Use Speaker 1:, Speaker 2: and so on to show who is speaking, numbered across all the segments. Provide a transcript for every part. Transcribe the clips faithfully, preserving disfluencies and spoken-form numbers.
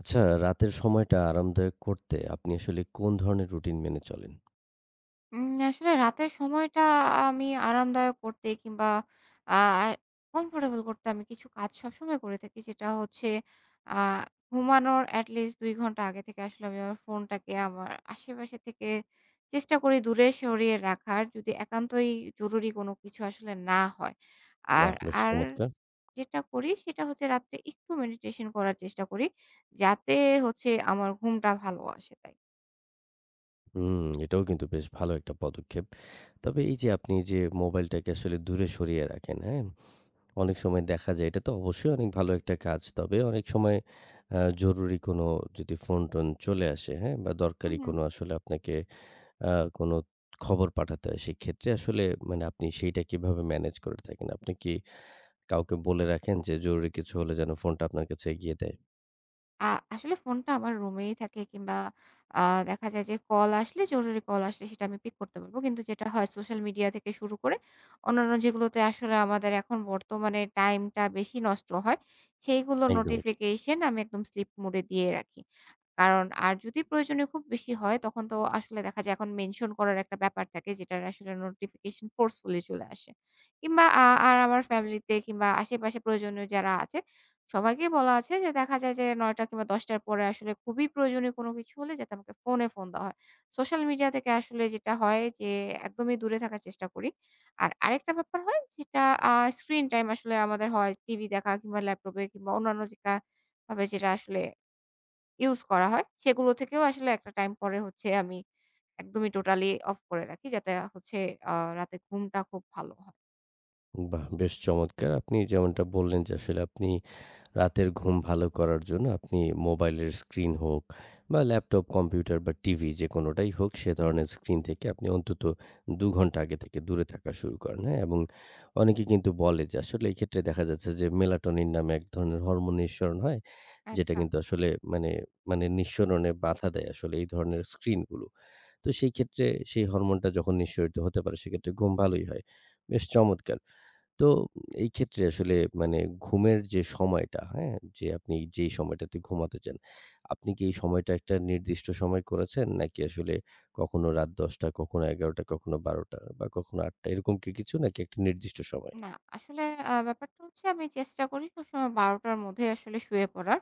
Speaker 1: আচ্ছা, রাতের সময়টা আরামদায়ক করতে আপনি আসলে কোন ধরনের রুটিন মেনে চলেন?
Speaker 2: উম আসলে রাতের সময়টা আমি আরামদায়ক করতে কিংবা আ কমফোর্টেবল করতে আমি কিছু কাজ সবসময় করে থাকি। যেটা হচ্ছে আ ঘুমানোর এট লিস্ট দুই ঘন্টা আগে থেকে আসলে আমি আমার ফোনটাকে আমার আশেপাশে থেকে চেষ্টা করি দূরে সরিয়ে রাখার। যদি একান্তই জরুরি কোনো কিছু আসলে না হয়। আর
Speaker 1: বাহ! বেশ
Speaker 2: আর
Speaker 1: চমৎকার।
Speaker 2: যেটা করি সেটা হচ্ছে রাত্রে একটু মেডিটেশন করার চেষ্টা করি। যাতে হচ্ছে আমার ঘুমটা ভালো আসে তাই।
Speaker 1: হুম, এটাও কিন্তু বেশ ভালো একটা পদক্ষেপ। তবে এই যে আপনি যে মোবাইলটাকে আসলে দূরে সরিয়ে রাখেন, হ্যাঁ? অনেক সময় দেখা যায় এটা তো অবশ্যই অনেক ভালো একটা কাজ। তবে অনেক সময় আ জরুরি কোনো যদি ফোন-টোন চলে আসে, হ্যাঁ? বা
Speaker 2: হু,
Speaker 1: দরকারি
Speaker 2: হু।
Speaker 1: কোনো আসলে আপনাকে আ কোনো খবর পাঠাতে হয়, সেক্ষেত্রে আসলে মানে আপনি সেইটা কিভাবে ম্যানেজ করে থাকেন? আপনি কি কাউকে বলে রাখেন যে জরুরি কিছু হলে যেন ফোনটা আপনার কাছে এগিয়ে দেয়?
Speaker 2: আ আসলে ফোনটা আমার রুমেই থাকে কিংবা আ দেখা যায় যে কল আসলে জরুরি কল আসলে সেটা আমি পিক করতে পারবো। কিন্তু যেটা হয় সোশ্যাল মিডিয়া থেকে শুরু করে অন্যান্য যেগুলোতে আসলে আমাদের এখন বর্তমানে টাইমটা বেশি নষ্ট হয়, সেইগুলো
Speaker 1: একদমই ঠিক।
Speaker 2: নোটিফিকেশন আমি একদম স্লিপ মোডে দিয়ে রাখি। কারণ আর যদি প্রয়োজনীয় খুব বেশি হয় তখন তো আসলে দেখা যায় এখন মেনশন করার একটা ব্যাপার থাকে যেটার আসলে নোটিফিকেশন ফোর্সফুলি চলে আসে। কিংবা আ আর আমার ফ্যামিলিতে কিংবা আশেপাশে প্রয়োজনীয় যারা আছে সবাইকেই বলা আছে যে দেখা যায় যে নয় টা কিংবা দশ টার পরে আসলে খুবই প্রয়োজনীয় কোনো কিছু হলে যাতে আমাকে ফোনে ফোন দেওয়া হয়। সোশ্যাল মিডিয়া থেকে আসলে যেটা হয় যে একদমই দূরে থাকার চেষ্টা করি। আর আরেকটা ব্যাপার হয় যেটা আ স্ক্রিন টাইম আসলে আমাদের হয় টিভি দেখা কিংবা ল্যাপটপে কিংবা অন্যান্য যেটা ভাবে যেটা আসলে ইউজ করা হয় সেগুলো থেকেও আসলে একটা টাইম পরে হচ্ছে আমি একদমই টোটালি অফ করে রাখি যাতে হচ্ছে আ রাতে ঘুমটা খুব ভালো হয়।
Speaker 1: বাহ! বেশ চমৎকার! আপনি যেমনটা বললেন যে আসলে আপনি রাতের ঘুম ভালো করার জন্য আপনি মোবাইলের স্ক্রিন হোক বা ল্যাপটপ, কম্পিউটার বা টিভি যেকোনোটাই হোক সে ধরনের স্ক্রিন থেকে আপনি অন্তত দুই ঘন্টা আগে থেকে দূরে থাকা শুরু করেন, হ্যাঁ? এবং অনেকে কিন্তু বলে যে আসলে এই ক্ষেত্রে দেখা যাচ্ছে যে মেলাটোনিন নামে এক ধরনের হরমোন নিঃসরণ হয়, যেটা
Speaker 2: আচ্ছা।
Speaker 1: কিন্তু আসলে মানে মানে নিঃসরণে বাধা দেয় আসলে এই ধরনের স্ক্রিনগুলো। তো সেই ক্ষেত্রে সেই হরমোনটা যখন নিঃসরিত হতে পারে সেক্ষেত্রে ঘুম ভালোই হয়। বেশ চমৎকার! তো এই ক্ষেত্রে আসলে মানে ঘুমের যে সময়টা, হ্যাঁ? যে আপনি যেই সময়টাতে ঘুমাতে চান, আপনি কি এই সময়টা একটা নির্দিষ্ট সময় করেছেন? নাকি আসলে কখনো রাত ১০ঃ শূন্য শূন্য কখনো ১১ঃ শূন্য শূন্য কখনো ১২ঃ শূন্য শূন্য বা কখনো ৮ঃ শূন্য শূন্য এরকম কি কিছু? নাকি একটা নির্দিষ্ট সময়?
Speaker 2: না, আসলে আ ব্যাপারটা হচ্ছে আমি চেষ্টা করি সবসময় ১২ঃ শূন্য শূন্য টার মধ্যে আসলে শুয়ে পড়ার।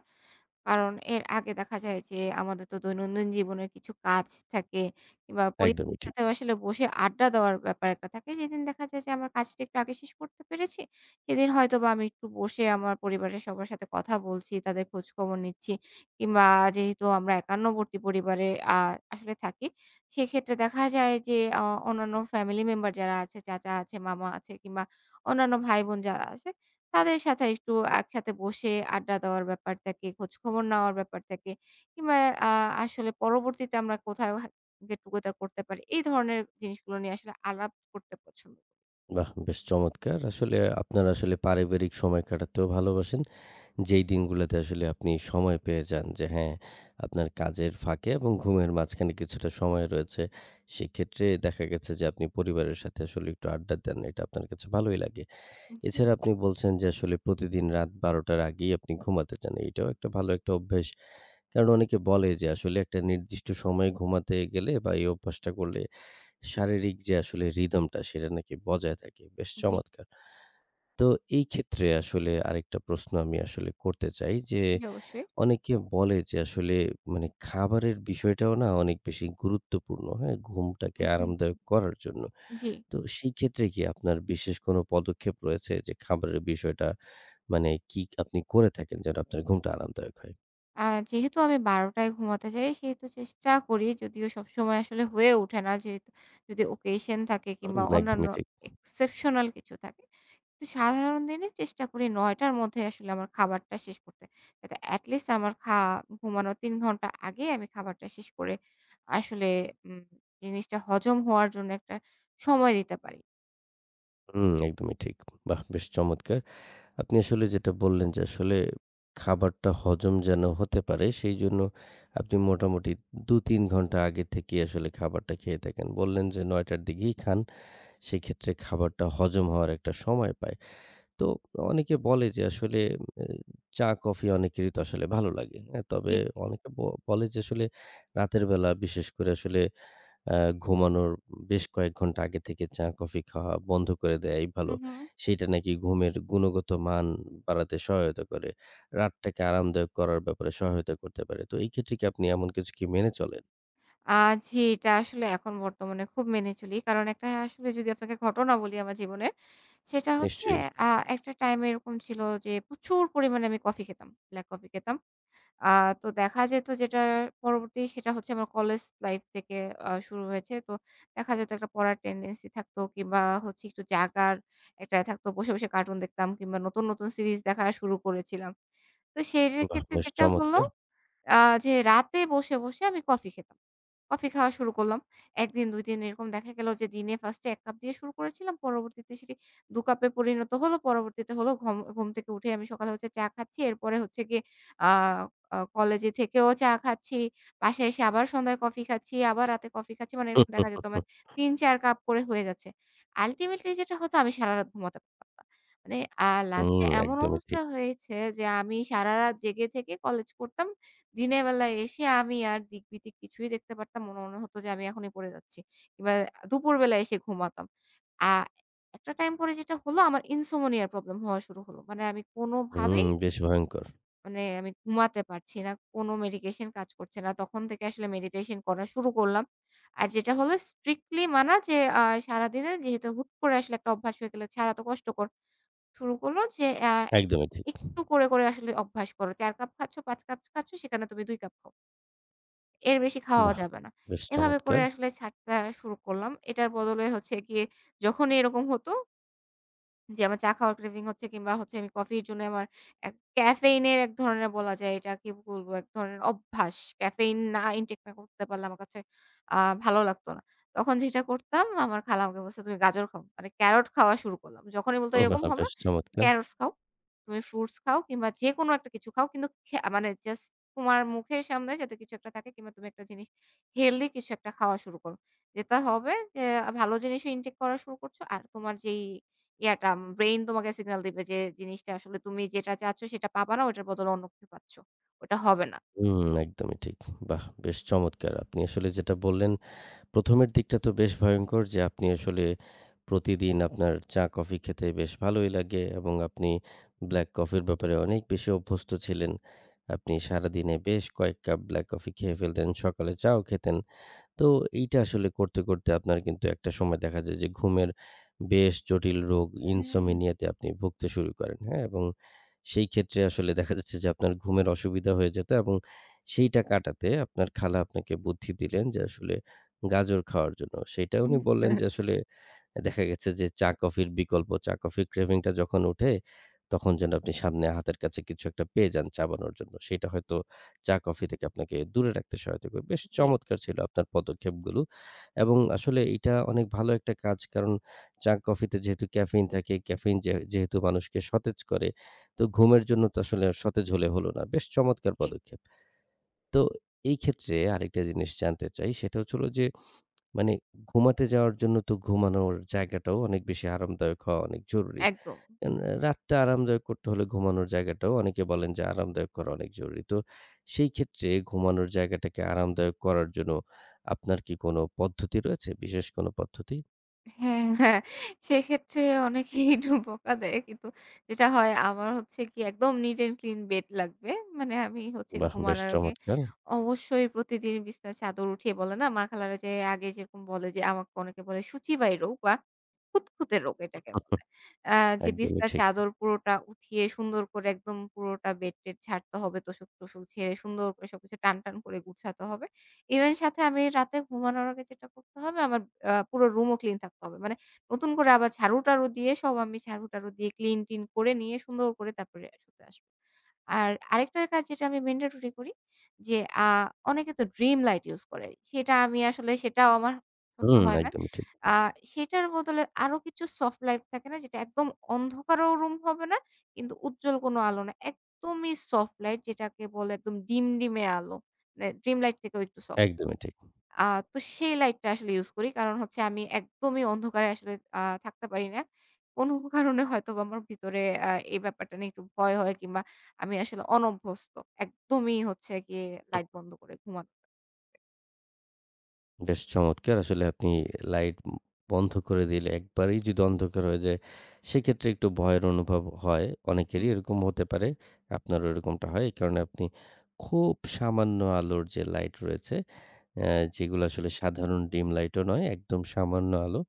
Speaker 2: কারণ এর আগে দেখা যায় যে আমাদের তো দৈনন্দিন জীবনের কিছু কাজ থাকে কিংবা
Speaker 1: একদমই
Speaker 2: পরিবারের
Speaker 1: ঠিক।
Speaker 2: সাথেও আসলে বসে আড্ডা দেওয়ার ব্যাপার একটা থাকে। যেদিন দেখা যায় যে আমার কাজটা একটু আগে শেষ করতে পেরেছি, সেদিন হয়তোবা আমি একটু বসে আমার পরিবারের সবার সাথে কথা বলছি, তাদের খোঁজখবর নিচ্ছি কিংবা যেহেতু আমরা একান্নবর্তী পরিবারে আ আসলে থাকি, সেক্ষেত্রে দেখা যায় যে অ অন্যান্য ফ্যামিলি মেম্বার যারা আছে, চাচা আছে, মামা আছে কিংবা অন্যান্য ভাই-বোন যারা আছে তাদের সাথে একটু একসাথে বসে আড্ডা দেওয়ার ব্যাপার থাকে, খোঁজখবর নেওয়ার ব্যাপার থাকে কিংবা আ আসলে পরবর্তীতে আমরা কোথাও হা গেট টুগেদার করতে পারি। এই ধরনের জিনিসগুলো নিয়ে আসলে আলাপ করতে পছন্দ করি।
Speaker 1: বাহ! বেশ চমৎকার। আসলে আপনারা আসলে পারিবারিক সময় কাটাতেও ভালোবাসেন। যেই দিনগুলোতে আসলে আপনি সময় পেয়ে যান যে হ্যাঁ, আপনার কাজের ফাঁকে এবং ঘুমের মাঝখানে কিছুটা সময় রয়েছে। সেক্ষেত্রে দেখা গেছে যে আপনি পরিবারের সাথে আসলে একটু আড্ডা দেন। এটা আপনার কাছে ভালোই লাগে।
Speaker 2: জি,
Speaker 1: এছাড়া আপনি বলছেন যে আসলে প্রতিদিন রাত বারো টার আগেই আপনি ঘুমাতে চান। এটাও একটা ভালো একটা অভ্যাস। কারণ অনেকে বলে যে আসলে একটা নির্দিষ্ট সময়ে ঘুমাতে গেলে বা এই অভ্যাসটা করলে শারীরিক যে আসলে রিদমটা সেটা নাকি বজায় থাকে। বেশ
Speaker 2: জি,
Speaker 1: চমৎকার! তো এই ক্ষেত্রে আসলে আরেকটা প্রশ্ন আমি আসলে করতে চাই যে,
Speaker 2: জি অবশ্যই।
Speaker 1: অনেকে বলে যে আসলে মানে খাবারের বিষয়টাও না অনেক বেশি গুরুত্বপূর্ণ, হ্যাঁ? ঘুমটাকে
Speaker 2: হুম, হুম।
Speaker 1: আরামদায়ক করার জন্য।
Speaker 2: জি।
Speaker 1: তো সেই ক্ষেত্রে কি আপনার বিশেষ কোনো পদক্ষেপ রয়েছে যে খাবারের বিষয়টা মানে কি আপনি করে থাকেন যেন আপনার ঘুমটা আরামদায়ক হয়?
Speaker 2: আ যেহেতু আমি ১২ঃ শূন্য শূন্য টায় ঘুমাতে যাই সেহেতু চেষ্টা করি যদিও সবসময় আসলে হয়ে ওঠে না যেহেতু যদি ওকেশন থাকে কিংবা
Speaker 1: হুম,
Speaker 2: অন্যান্য
Speaker 1: একদমই ঠিক।
Speaker 2: এক্সেপশনাল কিছু থাকে তো সাধারণ দিনে চেষ্টা করি ৯ঃ শূন্য শূন্য র মধ্যে আসলে আমার খাবারটা শেষ করতে। যাতে এটলিস্ট আমার খা ঘুমানোর তিন ঘন্টা আগে আমি খাবারটা শেষ করে আসলে উম জিনিসটা হজম হওয়ার জন্য একটা সময় দিতে পারি।
Speaker 1: হুম, একদমই ঠিক। বাহ! বেশ চমৎকার! আপনি আসলে যেটা বললেন যে আসলে খাবারটা হজম যেন হতে পারে সেই জন্য আপনি মোটামুটি দুই তিন ঘন্টা আগে থেকেই আসলে খাবারটা খেয়ে থাকেন। বললেন যে ৯টার দিকেই খান। সেক্ষেত্রে খাবারটা হজম হওয়ার একটা সময় পায়। তো অনেকে বলে যে আসলে এ চা-কফি অনেকেরই তো আসলে ভালো লাগে। হ্যাঁ? তবে
Speaker 2: জি, জি।
Speaker 1: অনেকে ব বলে যে আসলে রাতের বেলা বিশেষ করে আসলে আ ঘুমানোর বেশ কয়েক ঘন্টা আগে থেকে চা-কফি খাওয়া বন্ধ করে দেয়াই
Speaker 2: হু,
Speaker 1: ভালো।
Speaker 2: হু।
Speaker 1: সেইটা নাকি ঘুমের গুণগত মান বাড়াতে সহায়তা করে। রাতটাকে আরামদায়ক করার ব্যাপারে সহায়তা করতে পারে। তো এই ক্ষেত্রে কি আপনি এমন কিছু কি মেনে চলেন?
Speaker 2: আ জি, এটা আসলে এখন বর্তমানে খুব মেনে চলি। কারণ একটা আসলে যদি আপনাকে ঘটনা বলি আমার জীবনের, সেটা হচ্ছে
Speaker 1: নিশ্চয়ই।
Speaker 2: আ একটা টাইমে এরকম ছিল যে প্রচুর পরিমাণে আমি কফি খেতাম। ব্লাক কফি খেতাম। আ তো দেখা যেত যেটা পরবর্তী সেটা হচ্ছে আমার কলেজ লাইফ থেকে আ শুরু হয়েছে। তো দেখা যেত একটা পড়ার টেনডেন্সি থাকতো কিংবা হচ্ছে একটু জাগার একটা থাকতো। বসে, বসে কার্টুন দেখতাম কিংবা নতুন, নতুন সিরিজ দেখা শুরু করেছিলাম। তো সেই
Speaker 1: বাহ!
Speaker 2: ক্ষেত্রে
Speaker 1: বেশ
Speaker 2: যেটা হলো
Speaker 1: চমৎকার!
Speaker 2: আ যে রাতে বসে, বসে আমি কফি খেতাম। কফি খাওয়া শুরু করলাম। এক দিন দুই দিন এরকম দেখা গেল যে দিনে ফার্স্টে এক কাপ দিয়ে শুরু করেছিলাম। পরবর্তীতে সেটি দুই কাপে পরিণত হলো। পরবর্তীতে হলো ঘম ঘুম থেকে উঠে আমি সকালে হচ্ছে চা খাচ্ছি। এরপরে হচ্ছে গিয়ে আ আ কলেজে থেকেও চা খাচ্ছি। বাসায় এসে আবার সন্ধ্যায় কফি খাচ্ছি, আবার রাতে কফি খাচ্ছি। মানে এরকম দেখা যেত আমার তিন চার কাপ করে হয়ে যাচ্ছে। আল্টিমেটলি যেটা হতো আমি সারারাত ঘুমাতে পারতাম না। মানে আ লাস্টে
Speaker 1: হুম,
Speaker 2: এমন
Speaker 1: একদমই
Speaker 2: অবস্থা
Speaker 1: ঠিক।
Speaker 2: হয়েছে যে আমি সারারাত জেগে থেকে কলেজ করতাম। দিনের বেলায় এসে আমি আর দিকবিদিক কিছুই দেখতে পারতাম না। মনে হতো যে আমি এখনই পড়ে যাচ্ছি। কিংবা দুপুরবেলায় এসে ঘুমাতাম। আ একটা টাইম পরে যেটা হলো আমার ইনসোমনিয়ার প্রবলেম হওয়া শুরু হলো। মানে আমি
Speaker 1: হুম,
Speaker 2: কোনোভাবেই
Speaker 1: বেশ ভয়ংকর।
Speaker 2: মানে আমি ঘুমাতে পারছি না। কোনো মেডিকেশন কাজ করছে না। তখন থেকে আসলে মেডিটেশন করা শুরু করলাম। আর যেটা হলো স্ট্রিক্টলি মানা যে আ সারাদিনে যেহেতু হুট করে আসলে একটা অভ্যাস হয়ে গেলে ছাড়া তো কষ্টকর। শুরু করলো যে আ
Speaker 1: একদমই ঠিক।
Speaker 2: একটু করে, করে আসলে অভ্যাস করো। চার কাপ খাচ্ছ, পাঁচ কাপ খাচ্ছ সেখানে তুমি দুই কাপ খাও। এর বেশি খাওয়া
Speaker 1: বাহ!
Speaker 2: যাবে না।
Speaker 1: বেশ
Speaker 2: এভাবে
Speaker 1: চমৎকার!
Speaker 2: করে আসলে ছাড়তে শুরু করলাম। এটার বদলে হচ্ছে গিয়ে যখনই এরকম হতো জি, আমার চা খাওয়ার ক্রেভিং হচ্ছে কিংবা হচ্ছে আমি কফির জন্য আমার এক ক্যাফেইনের এক ধরনের বলা যায় এটা কি বলবো? এক ধরনের অভ্যাস। ক্যাফেইন না ইনটেক না করতে পারলে আমার কাছে আ ভালো লাগতো না। তখন যেটা করতাম আমার খালা আমাকে বলছে, "তুমি গাজর খাও।" মানে ক্যারট খাওয়া শুরু করলাম। যখনই বলত,
Speaker 1: বাহ!
Speaker 2: "এরকম হবে,
Speaker 1: বেশ চমৎকার!
Speaker 2: ক্যারটস খাও। তুমি ফ্রুটস খাও কিংবা যেকোনো একটা কিছু খাও। কিন্তু খে মানে জাস্ট তোমার মুখের সামনে যাতে কিছু একটা থাকে কিংবা তুমি একটা জিনিস হেলদি কিছু একটা খাওয়া শুরু করো। যেটা হবে যে ভালো জিনিসও ইনটেক করা শুরু করছো। আর তোমার যেই ইয়াটা ব্রেইন তোমাকে সিগন্যাল দিবে যে জিনিসটা আসলে তুমি যেটা চাচ্ছ সেটা পাবা না, ওটার বদলে অন্য কিছু পাচ্ছ। ওটা হবে না।"
Speaker 1: হুম, একদমই ঠিক। বাহ! বেশ চমৎকার! আপনি আসলে যেটা বললেন প্রথমের দিকটা তো বেশ ভয়ংকর যে আপনি আসলে প্রতিদিন আপনার চা কফি খেতে বেশ ভালোই লাগে এবং আপনি ব্ল্যাক কফির ব্যাপারে অনেক বেশি অভ্যস্ত ছিলেন। আপনি সারাদিনে বেশ কয়েক কাপ ব্ল্যাক কফি খেয়ে ফেলতেন, সকালে চাও খেতেন। তো এইটা আসলে করতে, করতে আপনার কিন্তু একটা সময় দেখা যায় যে ঘুমের বেশ জটিল রোগ
Speaker 2: হ্যাঁ।
Speaker 1: insomnia তে আপনি ভুগতে শুরু করেন, হ্যাঁ? এবং সেই ক্ষেত্রে আসলে দেখা যাচ্ছে যে আপনার ঘুমের অসুবিধা হয়ে যেত এবং সেইটা কাটাতে আপনার খালা আপনাকে বুদ্ধি দিলেন যে আসলে গাজর খাওয়ার জন্য। সেইটা উনি
Speaker 2: হুম।
Speaker 1: বললেন যে আসলে দেখা গেছে যে চা-কফির বিকল্প, চা-কফির craving টা যখন ওঠে, তখন যেন আপনি সামনে হাতের কাছে কিছু একটা পেয়ে যান চাবানোর জন্য। সেটা হয়তো চা-কফি থেকে আপনাকে দূরে রাখতে সহায়তা করবে। বেশ
Speaker 2: জি,
Speaker 1: চমৎকার ছিল আপনার পদক্ষেপগুলো এবং আসলে এটা অনেক ভালো একটা কাজ। কারণ চা-কফিতে যেহেতু ক্যাফেইন থাকে, ক্যাফেইন যে যেহেতু মানুষকে সতেজ করে, তো ঘুমের জন্য তো আসলে সতেজ হলে হলো না। বেশ চমৎকার
Speaker 2: জি।
Speaker 1: পদক্ষেপ। তো এই ক্ষেত্রে আরেকটা জিনিস জানতে চাই, সেটা হচ্ছে হলো যে মানে ঘুমাতে যাওয়ার জন্য তো ঘুমানোর জায়গাটাও অনেক বেশি আরামদায়ক হওয়া অনেক জরুরি।
Speaker 2: একদম।
Speaker 1: এন রাতটা আরামদায়ক করতে হলে ঘুমানোর জায়গাটাও অনেকে বলেন যে আরামদায়ক করা অনেক জরুরি। তো সেই ক্ষেত্রে ঘুমানোর জায়গাটাকে আরামদায়ক করার জন্য আপনার কি কোনো পদ্ধতি রয়েছে? বিশেষ কোনো পদ্ধতি?
Speaker 2: হ্যাঁ, হ্যাঁ। সেক্ষেত্রে অনেকেই একটু বকা দেয়। কিন্তু যেটা হয় আমার হচ্ছে কি একদম নিট অ্যান্ড ক্লিন বেড লাগবে। মানে আমি হচ্ছে
Speaker 1: বাহ! বেশ
Speaker 2: ঘুমানোর আগে
Speaker 1: চমৎকার।
Speaker 2: অবশ্যই প্রতিদিন বিছানার চাদর উঠিয়ে বলে না মা খালারা যে আগে যেরকম বলে যে আমাকে অনেকে বলে "সূচিবাই রোগ" বা "খুঁতখুঁতে রোগ" এটাকে বলে। আ যে
Speaker 1: একদমই
Speaker 2: বিছানার
Speaker 1: ঠিক।
Speaker 2: চাদর পুরোটা উঠিয়ে সুন্দর করে একদম পুরোটা বেড-টেড ঝাড়তে হবে, তোশক-টোশক ঝেড়ে সুন্দর করে সবকিছু টান, টান করে গুছাতে হবে। ইভেন সাথে আমি রাতে ঘুমানোর আগে যেটা করতে হবে আমার আ পুরো রুমও ক্লিন থাকতে হবে। মানে নতুন করে আবার ঝাড়ু-টাড়ু দিয়ে সব আমি ঝাড়ু-টাড়ু দিয়ে ক্লিন-টিন করে নিয়ে সুন্দর করে তারপরে শুতে আসব। আর আরেকটা কাজ যেটা আমি ম্যান্ডেটরি করি যে আ অনেকে তো ড্রিম লাইট ইউজ করে। সেটা আমি আসলে সেটাও আমার সহ্য
Speaker 1: হুম,
Speaker 2: হয় না।
Speaker 1: একদমই ঠিক,
Speaker 2: আ সেটার বদলে আরো কিছু সফট লাইট থাকে না যেটা একদম অন্ধকারও রুম হবে না কিন্তু উজ্জ্বল কোনো আলো না। একদমই সফট লাইট যেটাকে বলে একদম ডিমডিমে আলো। মানে ড্রিম লাইট থেকেও একটু সফট।
Speaker 1: একদমই ঠিক।
Speaker 2: আ তো সেই লাইটটা আসলে ইউজ করি। কারণ হচ্ছে আমি একদমই অন্ধকারে আসলে আ থাকতে পারি না। কোনো কারণে হয়তোবা আমার ভিতরে আ এই ব্যাপারটা নিয়ে একটু ভয় হয় কিংবা আমি আসলে অনভ্যস্ত। একদমই হচ্ছে গিয়ে লাইট বন্ধ করে ঘুমানো।
Speaker 1: বেশ চমৎকার! আসলে আপনি লাইট ব বন্ধ করে দিলে একবারেই যদি অন্ধকার হয়ে যায়, সেক্ষেত্রে একটু ভয়ের অনুভব হয়। অনেকেরই
Speaker 2: হুম,
Speaker 1: এরকম হতে পারে। আপনারও এরকমটা হয়। এই কারণে আপনি খুব সামান্য আলোর যে লাইট রয়েছে, অ্যা যেগুলো আসলে সাধারণ ডিম লাইটও নয়, একদম সামান্য আলো,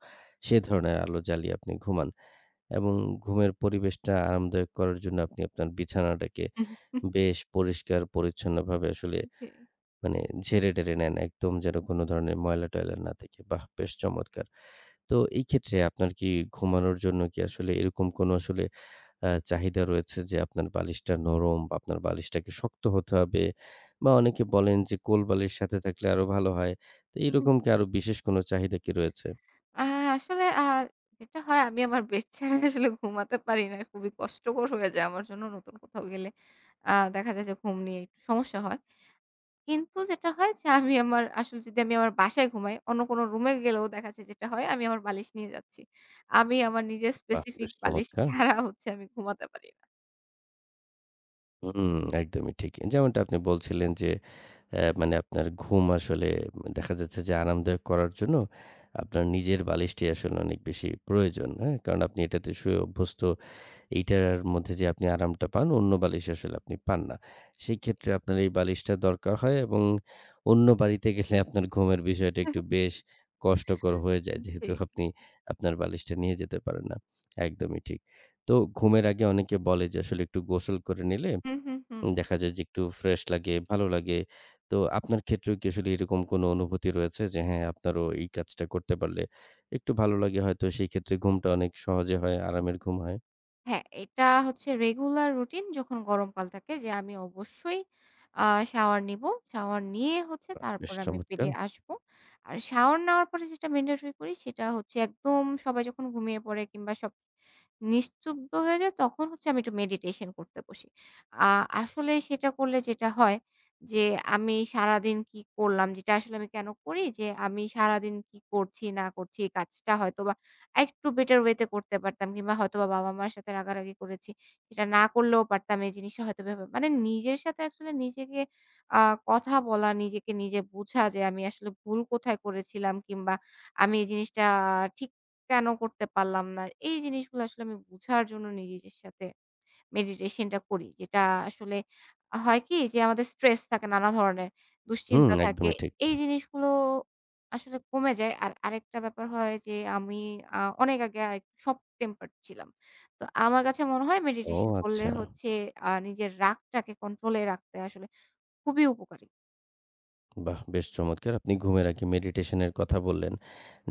Speaker 1: সে ধরনের আলো জ্বালিয়ে আপনি ঘুমান। এবং ঘুমের পরিবেশটা আরামদায়ক করার জন্য আপনি আপনার বিছানাটাকে বেশ পরিষ্কার পরিচ্ছন্নভাবে আসলে
Speaker 2: জি।
Speaker 1: মানে ঝেড়ে-টেড়ে নেন একদম যেন কোনো ধরনের ময়লা-টয়লা না থাকে। বাহ! বেশ চমৎকার। তো এই ক্ষেত্রে আপনার কি ঘুমানোর জন্য কি আসলে এরকম কোনো আসলে আ চাহিদা রয়েছে যে আপনার বালিশটা নরম বা আপনার বালিশটাকে শক্ত হতে হবে বা অনেকে বলেন যে কোল বালিশ সাথে থাকলে আরো ভালো হয়। তো এরকম কি আরো বিশেষ কোনো চাহিদা কি রয়েছে?
Speaker 2: আ আসলে আ যেটা হয় আমি আমার বেড ছেড়ে আসলে ঘুমাতে পারি না। খুবই কষ্টকর হয়ে যায় আমার জন্য নতুন কোথাও গেলে। আ দেখা যায় যে ঘুম নিয়ে একটু সমস্যা হয়। কিন্তু যেটা হয় যে আমি আমার আসলে যদি আমি আমার বাসায় ঘুমাই, অন্য কোনো রুমে গেলেও দেখা যাচ্ছে যেটা হয় আমি আমার বালিশ নিয়ে যাচ্ছি। আমি আমার নিজের
Speaker 1: বাহ!
Speaker 2: স্পেসিফিক
Speaker 1: বেশ
Speaker 2: বালিশ
Speaker 1: চমৎকার।
Speaker 2: ছাড়া হচ্ছে আমি ঘুমাতে পারি না।
Speaker 1: হুম, একদমই ঠিক। যেমনটা আপনি বলছিলেন যে অ্যা মানে আপনার ঘুম আসলে দেখা যাচ্ছে যে আরামদায়ক করার জন্য আপনার নিজের বালিশটি আসলে অনেক বেশি প্রয়োজন। হ্যাঁ? কারণ আপনি এটাতে শুয়ে অভ্যস্ত। এইটার মধ্যে যে আপনি আরামটা পান অন্য বালিশে আসলে আপনি পান না। সেই ক্ষেত্রে আপনার এই বালিশটা দরকার হয় এবং অন্য বাড়িতে গেলে আপনার ঘুমের বিষয়টা একটু বেশ কষ্টকর হয়ে যায়।
Speaker 2: জি।
Speaker 1: যেহেতু আপনি আপনার বালিশটা নিয়ে যেতে পারেন না। একদমই ঠিক। তো ঘুমের আগে অনেকে বলে যে আসলে একটু গোসল করে নিলে
Speaker 2: হুম, হুম, হুম।
Speaker 1: দেখা যায় যে একটু ফ্রেশ লাগে, ভালো লাগে। তো আপনার ক্ষেত্রেও কি আসলে এরকম কোনো অনুভূতি রয়েছে যে হ্যাঁ, আপনারও এই কাজটা করতে পারলে একটু ভালো লাগে হয়তো সেই ক্ষেত্রে ঘুমটা অনেক সহজে হয়, আরামের ঘুম হয়।
Speaker 2: হ্যাঁ, এটা হচ্ছে রেগুলার রুটিন যখন গরমকাল থাকে যে আমি অবশ্যই আ শাওয়ার নিবো। শাওয়ার নিয়ে হচ্ছে
Speaker 1: বেশ
Speaker 2: তারপর আমি
Speaker 1: চমৎকার!
Speaker 2: বেডে আসবো। আর শাওয়ার নেওয়ার পরে যেটা ম্যান্ডেটরি করি সেটা হচ্ছে একদম সবাই যখন ঘুমিয়ে পড়ে কিংবা সব নিস্তব্ধ হয়ে যায় তখন হচ্ছে আমি একটু মেডিটেশন করতে বসি। আ আসলে সেটা করলে যেটা হয় যে আমি সারাদিন কি করলাম যেটা আসলে আমি কেন করি যে আমি সারাদিন কি করছি না করছি এই কাজটা হয়তোবা আরেকটু বেটার ওয়ে তে করতে পারতাম কিংবা হয়তোবা বাবা-মার সাথে রাগারাগি করেছি। সেটা না করলেও পারতাম এই জিনিসটা হয়তো এভাবে মানে নিজের সাথে আসলে নিজেকে আ কথা বলা, নিজেকে নিজে বোঝা যে আমি আসলে ভুল কোথায় করেছিলাম কিংবা আমি এই জিনিসটা ঠিক কেন করতে পারলাম না? এই জিনিসগুলো আসলে আমি বুঝার জন্য নিজের সাথে মেডিটেশনটা করি। যেটা আসলে হয় কি যে আমাদের স্ট্রেস থাকে নানা ধরনের,
Speaker 1: হুম,
Speaker 2: দুশ্চিন্তা থাকে।
Speaker 1: একদমই ঠিক।
Speaker 2: এই জিনিসগুলো আসলে কমে যায়। আর আরেকটা ব্যাপার হয় যে আমি আ অনেক আগে আরেকটু শর্ট টেম্পারড ছিলাম। তো আমার কাছে মনে হয়
Speaker 1: ও
Speaker 2: মেডিটেশন করলে
Speaker 1: আচ্ছা।
Speaker 2: হচ্ছে আ নিজের রাগটাকে কন্ট্রোলে রাখতে আসলে খুবই উপকারী।
Speaker 1: বাহ! বেশ চমৎকার। আপনি ঘুমের আগে মেডিটেশন এর কথা বললেন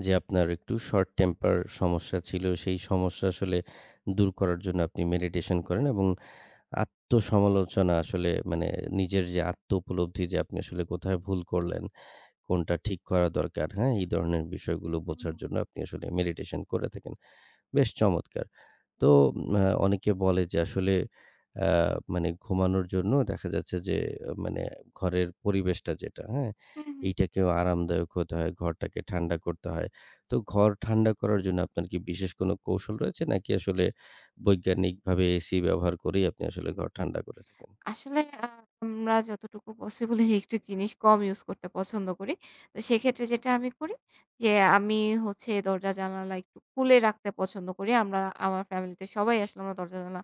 Speaker 1: যে আপনার একটু শর্ট টেম্পার সমস্যা ছিল। সেই সমস্যা আসলে দূর করার জন্য আপনি মেডিটেশন করেন এবং আত্মসমালোচনা আসলে মানে নিজের যে আত্ম উপলব্ধি যে আপনি আসলে কোথায় ভুল করলেন কোনটা ঠিক করা দরকার, হ্যাঁ? এই ধরনের বিষয়গুলো
Speaker 2: হুম,
Speaker 1: বোঝার
Speaker 2: হুম।
Speaker 1: জন্য আপনি আসলে মেডিটেশন করে থাকেন। বেশ চমৎকার। তো আ অনেকে বলে যে আসলে আ মানে ঘুমানোর জন্য দেখা যাচ্ছে যে আহ, মানে ঘরের পরিবেশটা যেটা, হ্যাঁ?
Speaker 2: হুম, হুম।
Speaker 1: এইটাকেও আরামদায়ক হতে হয়, ঘরটাকে ঠান্ডা করতে হয়। তো ঘর ঠান্ডা করার জন্য আপনার কি বিশেষ কোনো কৌশল রয়েছে নাকি আসলে বৈজ্ঞানিকভাবে এসি ব্যবহার করেই আপনি আসলে ঘর ঠান্ডা করে থাকেন?
Speaker 2: আসলে আ আমরা যতটুকু পসিবল ইলেকট্রিক জিনিস কম ইউজ করতে পছন্দ করি। তো সেক্ষেত্রে যেটা আমি করি যে, আমি হচ্ছে দরজা জানালা একটু খুলে রাখতে পছন্দ করি। আমরা আমার ফ্যামিলিতে সবাই আসলে আমরা দরজা জানালা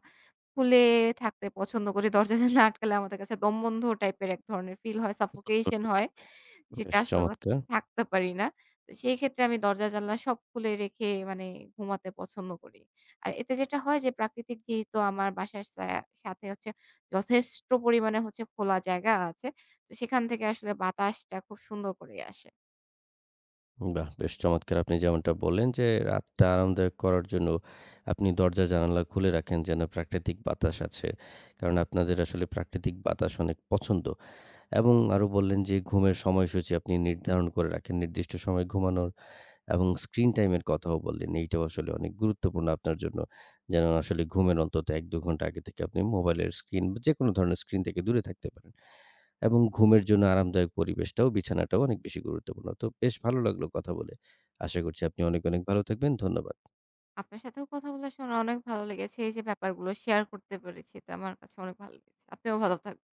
Speaker 2: খুলে থাকতে পছন্দ করি। দরজা জানালা আটকালে আমাদের কাছে দমবন্ধ টাইপের এক ধরনের ফিল হয়,
Speaker 1: হুম,
Speaker 2: সাফোকেশন হয়। যেটা
Speaker 1: বেশ
Speaker 2: আসলে আমরা
Speaker 1: চমৎকার!
Speaker 2: থাকতে পারি না। তো সেই ক্ষেত্রে আমি দরজা জানালা সব খুলে রেখে মানে ঘুমাতে পছন্দ করি। আর এতে যেটা হয় যে প্রাকৃতিক যেহেতু আমার বাসার সা সাথে হচ্ছে যথেষ্ট পরিমাণে হচ্ছে খোলা জায়গা আছে। তো সেখান থেকে আসলে বাতাসটা খুব সুন্দর করে আসে।
Speaker 1: বাহ! বেশ চমৎকার! আপনি যেমনটা বললেন যে, রাতটা আরামদায়ক করার জন্য আপনি দরজা জানালা খুলে রাখেন যেন প্রাকৃতিক বাতাস আছে। কারণ আপনাদের আসলে প্রাকৃতিক বাতাস অনেক পছন্দ। এবং আরো বললেন যে, ঘুমের সময়সূচি আপনি নির্ধারণ করে রাখেন। নির্দিষ্ট সময়ে ঘুমানোর এবং স্ক্রিন টাইম এর কথাও বললেন। এইটাও আসলে অনেক গুরুত্বপূর্ণ আপনার জন্য। যেন আসলে ঘুমের অন্তত এক দুই ঘন্টা আগে থেকে আপনি মোবাইলের স্ক্রিন বা যেকোনো ধরনের স্ক্রিন থেকে দূরে থাকতে পারেন। এবং ঘুমের জন্য আরামদায়ক পরিবেশটাও বিছানাটাও অনেক বেশি গুরুত্বপূর্ণ। তো বেশ ভালো লাগলো কথা বলে। আশা করছি আপনি অনেক, অনেক ভালো থাকবেন। ধন্যবাদ।
Speaker 2: আপনার সাথেও কথা বলার সময় অনেক ভালো লেগেছে। এই যে ব্যাপারগুলো শেয়ার করতে পেরেছি। তো আমার কাছে অনেক ভালো লেগেছে। আপনিও ভালো থাকবেন।